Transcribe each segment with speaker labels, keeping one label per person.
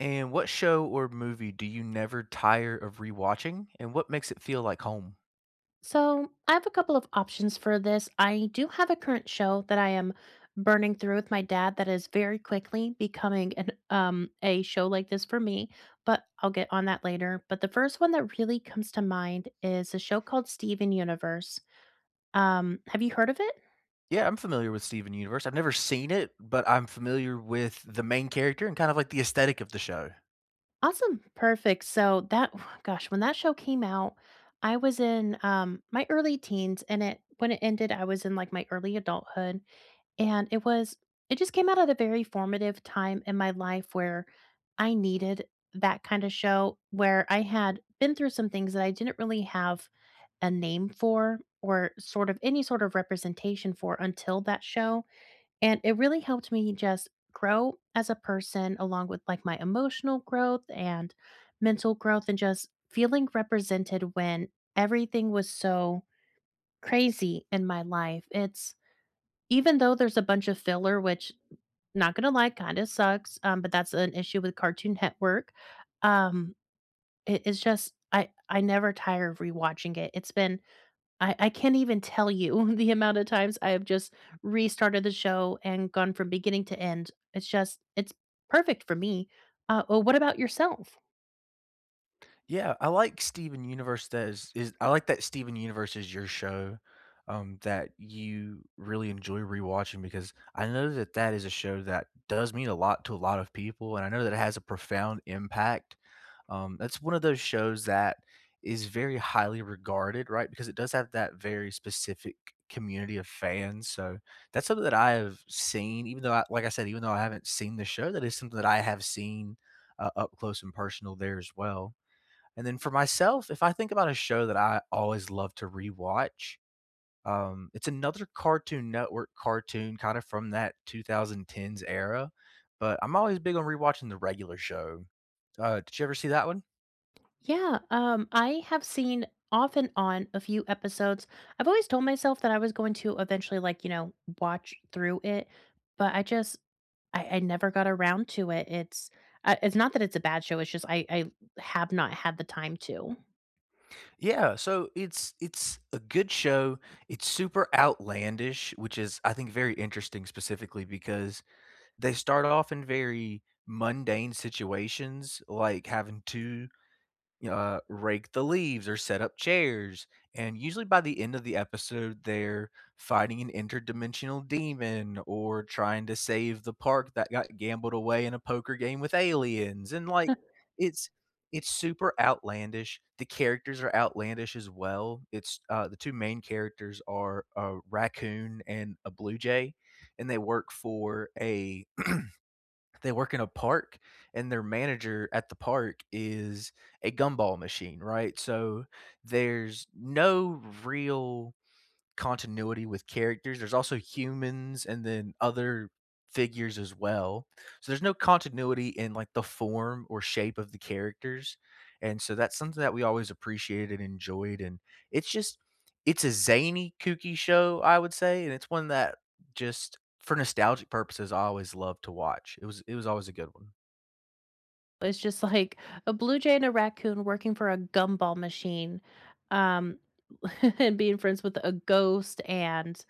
Speaker 1: And what show or movie do you never tire of rewatching, and what makes it feel like home?
Speaker 2: So, I have a couple of options for this. I do have a current show that I am burning through with my dad that is very quickly becoming an a show like this for me, but I'll get on that later. But the first one that really comes to mind is a show called Steven Universe. Have you heard of it?
Speaker 1: Yeah, I'm familiar with Steven Universe. I've never seen it, but I'm familiar with the main character and kind of like the aesthetic of the show.
Speaker 2: Awesome. Perfect. So that gosh, when that show came out, I was in my early teens and it when it ended, I was in like my early adulthood. And it just came out at a very formative time in my life where I needed that kind of show where I had been through some things that I didn't really have a name for or sort of any sort of representation for until that show. And it really helped me just grow as a person along with like my emotional growth and mental growth and just feeling represented when everything was so crazy in my life. It's even though there's a bunch of filler, which not gonna lie, kinda sucks, but that's an issue with Cartoon Network. Um, it's just I never tire of rewatching it. It's been I can't even tell you the amount of times I have just restarted the show and gone from beginning to end. It's perfect for me. Oh, what about yourself?
Speaker 1: Yeah, I like Steven Universe. That is I like that Steven Universe is your show, that you really enjoy rewatching because I know that that is a show that does mean a lot to a lot of people, and I know that it has a profound impact. That's one of those shows that is very highly regarded, right? Because it does have that very specific community of fans. So that's something that I have seen, even though, I, like I said, even though I haven't seen the show, that is something that I have seen up close and personal there as well. And then for myself, if I think about a show that I always love to rewatch, it's another Cartoon Network cartoon, kind of from that 2010s era. But I'm always big on rewatching the regular show. Did you ever see that one?
Speaker 2: Yeah, I have seen off and on a few episodes. I've always told myself that I was going to eventually, like, watch through it, but I never got around to it. It's it's not that it's a bad show. It's just I have not had the time to.
Speaker 1: Yeah, so it's a good show. It's super outlandish, which is I think very interesting specifically because they start off in very mundane situations like having two rake the leaves or set up chairs. And usually by the end of the episode, they're fighting an interdimensional demon or trying to save the park that got gambled away in a poker game with aliens. And like, it's it's super outlandish. The characters are outlandish as well. It's the two main characters are a raccoon and a blue jay, and they work in a park and their manager at the park is a gumball machine, right? So there's no real continuity with characters. There's also humans and then other figures as well. So there's no continuity in like the form or shape of the characters. And so that's something that we always appreciated and enjoyed. And it's just, it's a zany, kooky show, I would say. And it's one that just for nostalgic purposes, I always loved to watch. It was always a good one.
Speaker 2: It's just like a blue jay and a raccoon working for a gumball machine, um, and being friends with a ghost and,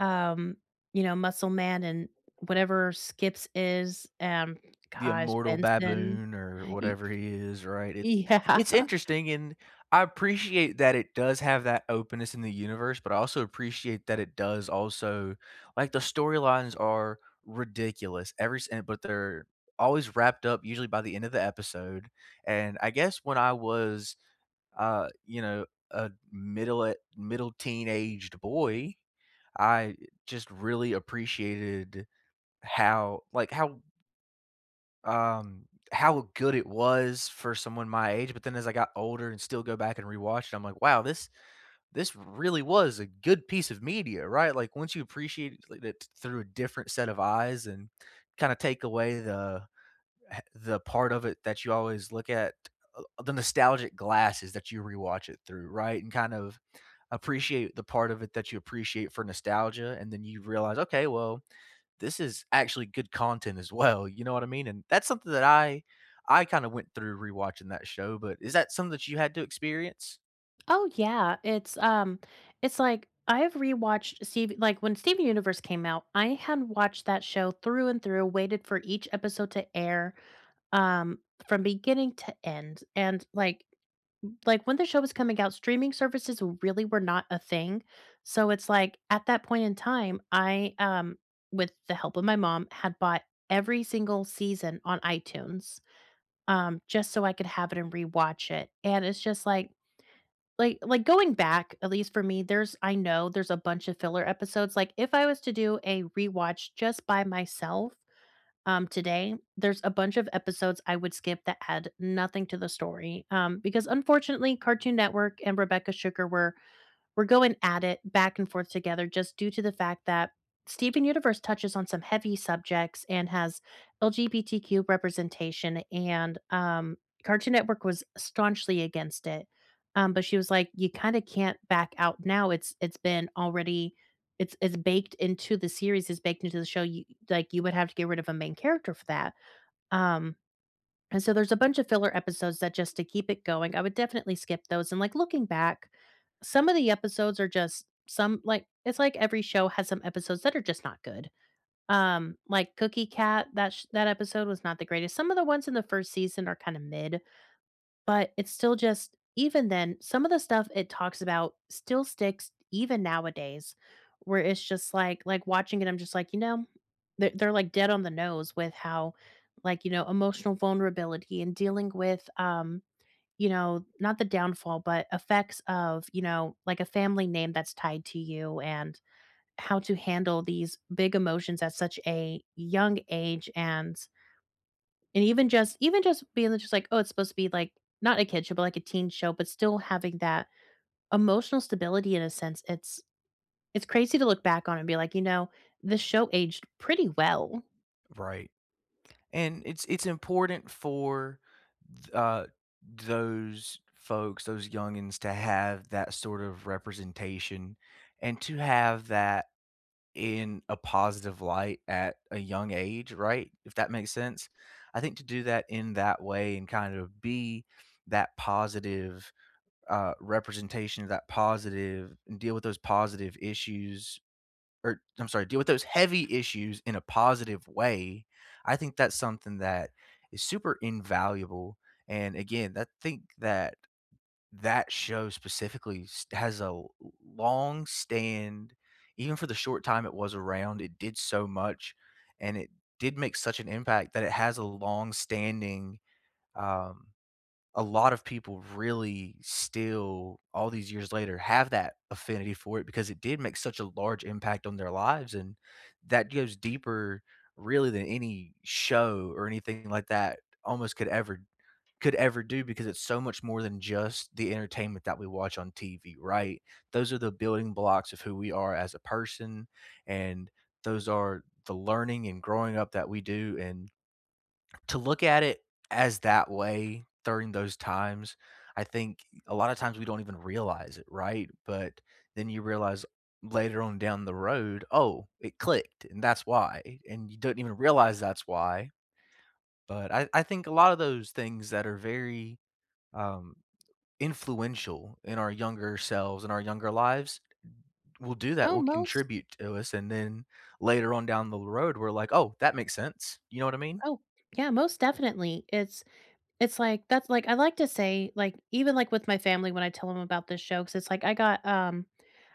Speaker 2: um, Muscle Man and whatever Skips is,
Speaker 1: The
Speaker 2: gosh,
Speaker 1: immortal
Speaker 2: Benson.
Speaker 1: baboon or
Speaker 2: Y
Speaker 1: whatever he is, right? It's
Speaker 2: yeah.
Speaker 1: interesting, and I appreciate that it does have that openness in the universe, but I also appreciate that it does also like, the storylines are ridiculous every s and but they're always wrapped up usually by the end of the episode, and I guess when I was, you know, a middle teenaged boy, I just really appreciated how like, how, how good it was for someone my age, but then as I got older and still go back and rewatch it, I'm like, "Wow, this really was a good piece of media," right? Like, once you appreciate it like through a different set of eyes and kinda take away the part of it that you always look at, the nostalgic glasses that you rewatch it through, right? And kind of appreciate the part of it that you appreciate for nostalgia, and then you realize, "Okay, well, this is actually good content as well, you know what I mean? And that's something that I kinda went through rewatching that show, but is that something that you had to experience?
Speaker 2: Oh yeah, it's like I've rewatched Steve like when Steven Universe came out, I had watched that show through and through, waited for each episode to air um from beginning to end. And like when the show was coming out, streaming services really were not a thing. So it's like at that point in time, I with the help of my mom had bought every single season on iTunes just so I could have it and rewatch it. And it's just like going back, at least for me, there's I know there's a bunch of filler episodes. Like if I was to do a rewatch just by myself today, there's a bunch of episodes I would skip that had nothing to the story. Because unfortunately Cartoon Network and Rebecca Sugar were we're going at it back and forth together just due to the fact that Steven Universe touches on some heavy subjects and has LGBTQ representation, and Cartoon Network was staunchly against it. But she was like, "You kind of can't back out now. It's been already, it's baked into the series, it's baked into the show. You like you would have to get rid of a main character for that." Um, and so there's a bunch of filler episodes that just to keep it going, I would definitely skip those, and, like, looking back, some of the episodes are just some like, it's like every show has some episodes that are just not good. Like Cookie Cat, that episode was not the greatest. Some of the ones in the 1st season are kinda mid, but it's still just even then, some of the stuff it talks about still sticks even nowadays, where it's just like watching it, I'm just like, you know, they're like dead on the nose with how you know, emotional vulnerability and dealing with you know, not the downfall, but effects of, you know, like a family name that's tied to you and how to handle these big emotions at such a young age and even just being just like, "Oh, it's supposed to be like not a kid show, but like a teen show," but still having that emotional stability in a sense, it's crazy to look back on and be like, "You know, this show aged pretty well."
Speaker 1: Right. And it's important for th those folks, those youngins to have that sort of representation and to have that in a positive light at a young age, right? If that makes sense? I think to do that in that way and kind of be that positive, representation of that positive and deal with those positive issues or I'm sorry, deal with those heavy issues in a positive way, I think that's something that is super invaluable. And again, I think that that show specifically has a long stand, even for the short time it was around, it did so much and it did make such an impact that it has a long standing. Um, a lot of people really still, all these years later, have that affinity for it because it did make such a large impact on their lives. And that goes deeper, really, than any show or anything like that almost could ever do because it's so much more than just the entertainment that we watch on TV, right? Those are the building blocks of who we are as a person and those are the learning and growing up that we do and to look at it as that way during those times, I think a lot of times we don't even realize it, right? But then you realize later on down the road, oh, it clicked, and that's why. And you don't even realize that's why. But I think a lot of those things that are very, um, influential in our younger selves and our younger lives will do that,
Speaker 2: Oh,
Speaker 1: will
Speaker 2: most
Speaker 1: contribute to us. And then later on down the road, we're like, oh, that makes sense. You know what I mean?
Speaker 2: oh, yeah, most definitely. It's like that's like I like to say, like, even, like, with my family when I tell them about this show, because it's like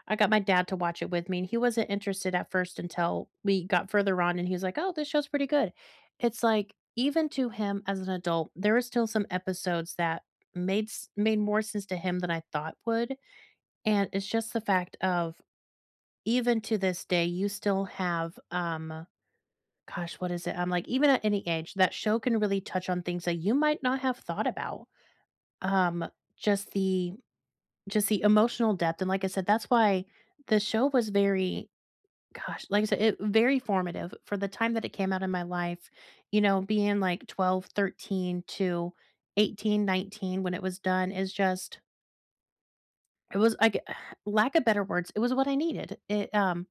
Speaker 2: I got my dad to watch it with me, and he wasn't interested at first until we got further on, and he was like, "Oh, this show's pretty good." It's like, even to him as an adult, there were still some episodes that made more sense to him than I thought would, and it's just the fact of even to this day, you still have, gosh, what is it? I'm like, even at any age, that show can really touch on things that you might not have thought about. Um, just the just the emotional depth, and like I said, that's why the show was very gosh, like I said, it very formative for the time that it came out in my life, you know, being like 12, 13 to 18, 19 when it was done is just it was like lack of better words, it was what I needed.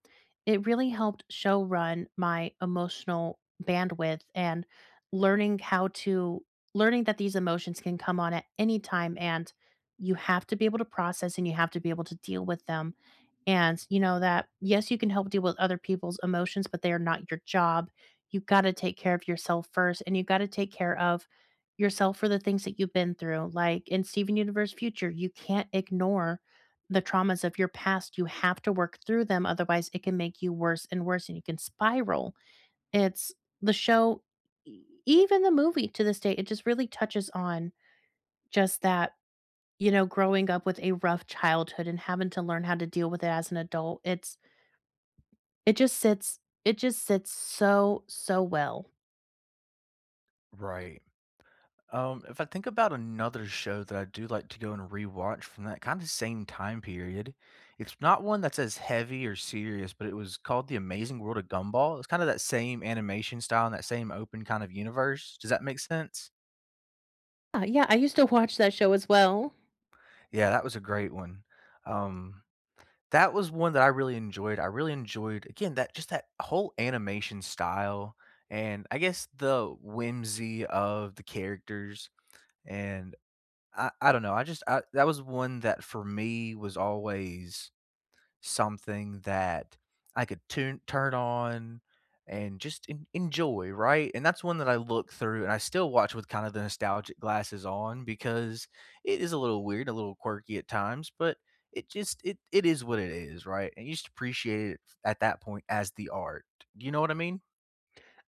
Speaker 2: It really helped show run my emotional bandwidth and learning how to learning that these emotions can come on at any time and you have to be able to process and you have to be able to deal with them and you know that, yes, you can help deal with other people's emotions, but they are not your job. You got to take care of yourself first, and you got to take care of yourself for the things that you've been through. Like in Steven Universe Future, you can't ignore the traumas of your past. You have to work through them. Otherwise, it can make you worse and worse, and you can spiral. It's the show, even the movie to this day, it just really touches on just that you know, growing up with a rough childhood and having to learn how to deal with it as an adult, it just sits it just sits so, so well.
Speaker 1: Right. If I think about another show that I do like to go and rewatch from that kind of same time period, it's not one that's as heavy or serious, but it was called The Amazing World of Gumball. It's kind of that same animation style and that same open kind of universe. Does that make sense?
Speaker 2: Yeah, I used to watch that show as well.
Speaker 1: Yeah, that was a great one. Um, that was one that I really enjoyed. I really enjoyed again that just that whole animation style and I guess the whimsy of the characters and I don't know, I just I that was one that for me was always something that I could tune turn on and just en enjoy, right? And that's one that I look through and I still watch with kind of the nostalgic glasses on because it is a little weird, a little quirky at times, but it just it is what it is, right? And you just appreciate it at that point as the art. You know what I mean?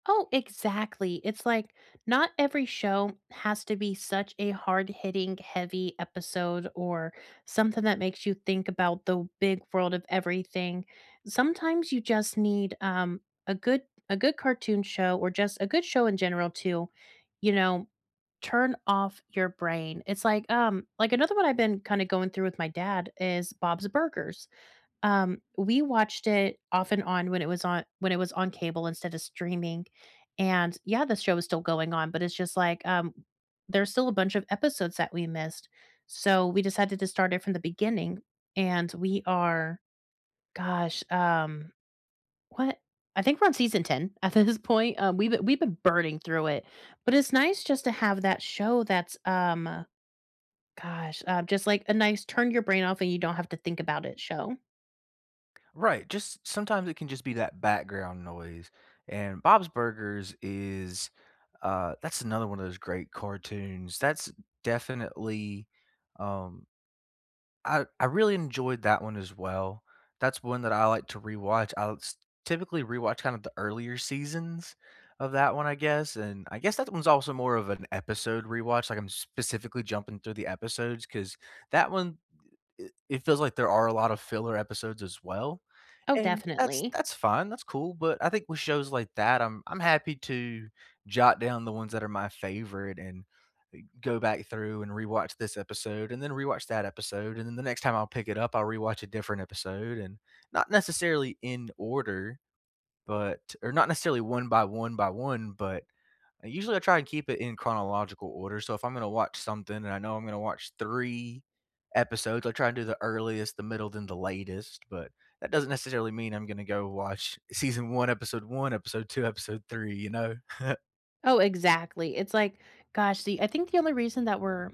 Speaker 2: Oh, exactly. It's like not every show has to be such a hard hitting, heavy episode or something that makes you think about the big world of everything. Sometimes you just need a good cartoon show or just a good show in general to, you know, turn off your brain. It's like another one I've been kind of going through with my dad is Bob's Burgers. We watched it off and on when it was on cable instead of streaming. And yeah, the show is still going on, but it's just like there's still a bunch of episodes that we missed. So we decided to start it from the beginning and we are gosh, what? I think we're on season 10 at this point. We've been burning through it, but it's nice just to have that show that's gosh, just like a nice turn your brain off and you don't have to think about it show.
Speaker 1: Right, just sometimes it can just be that background noise, and Bob's Burgers is, that's another one of those great cartoons. That's definitely, um, I really enjoyed that one as well. That's one that I like to rewatch. Typically rewatch kind of the earlier seasons of that one, I guess, and I guess that one's also more of an episode rewatch. Like I'm specifically jumping through the episodes because that one, it feels like there are a lot of filler episodes as well
Speaker 2: Oh,
Speaker 1: and that's
Speaker 2: definitely.
Speaker 1: that's fine, that's cool, but I think with shows like that, I'm happy to jot down the ones that are my favorite and, go back through and rewatch this episode and then rewatch that episode, and then the next time I'll pick it up, I'll rewatch a different episode and not necessarily in order, but or not necessarily one by one by one, but I usually I try and keep it in chronological order, so if I'm gonna watch something and I know I'm gonna watch 3 episodes, I try and do the earliest, the middle, then the latest, but that doesn't necessarily mean I'm gonna go watch season 1, episode 1, episode 2, episode 3, you know?
Speaker 2: Oh, exactly. It's like, gosh, the I think the only reason that we're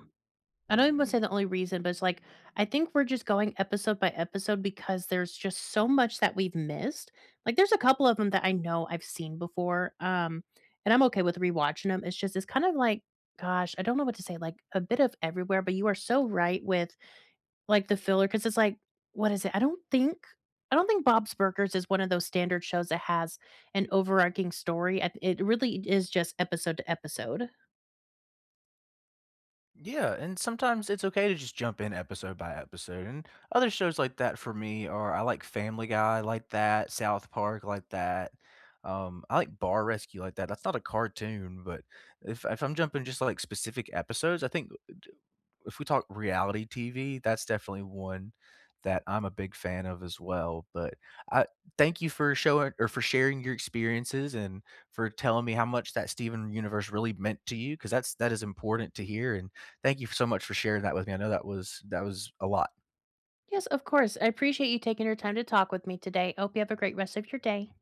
Speaker 2: I don't even wanna say the only reason, but it's like, I think we're just going episode by episode because there's just so much that we've missed. Like, there's a couple of them that I know I've seen before, and I'm okay with rewatching them. It's just it's kind of like, gosh, I don't know what to say, like, a bit of everywhere, but you are so right with the filler, because it's like what is it? I don't think Bob's Burgers is one of those standard shows that has an overarching story, I it really is just episode to episode.
Speaker 1: Yeah, and sometimes it's okay to just jump in episode by episode. And other shows like that for me are I like Family Guy like that, South Park like that. I like Bar Rescue like that. That's not a cartoon, but if I'm jumping just like specific episodes, I think if we talk reality TV, that's definitely one that I'm a big fan of as well. But I thank you for showing or for sharing your experiences and for telling me how much that Steven universe really meant to you because that is important to hear and thank you so much for sharing that with me. I know that was a lot.
Speaker 2: Yes, of course. I appreciate you taking your time to talk with me today. I hope you have a great rest of your day.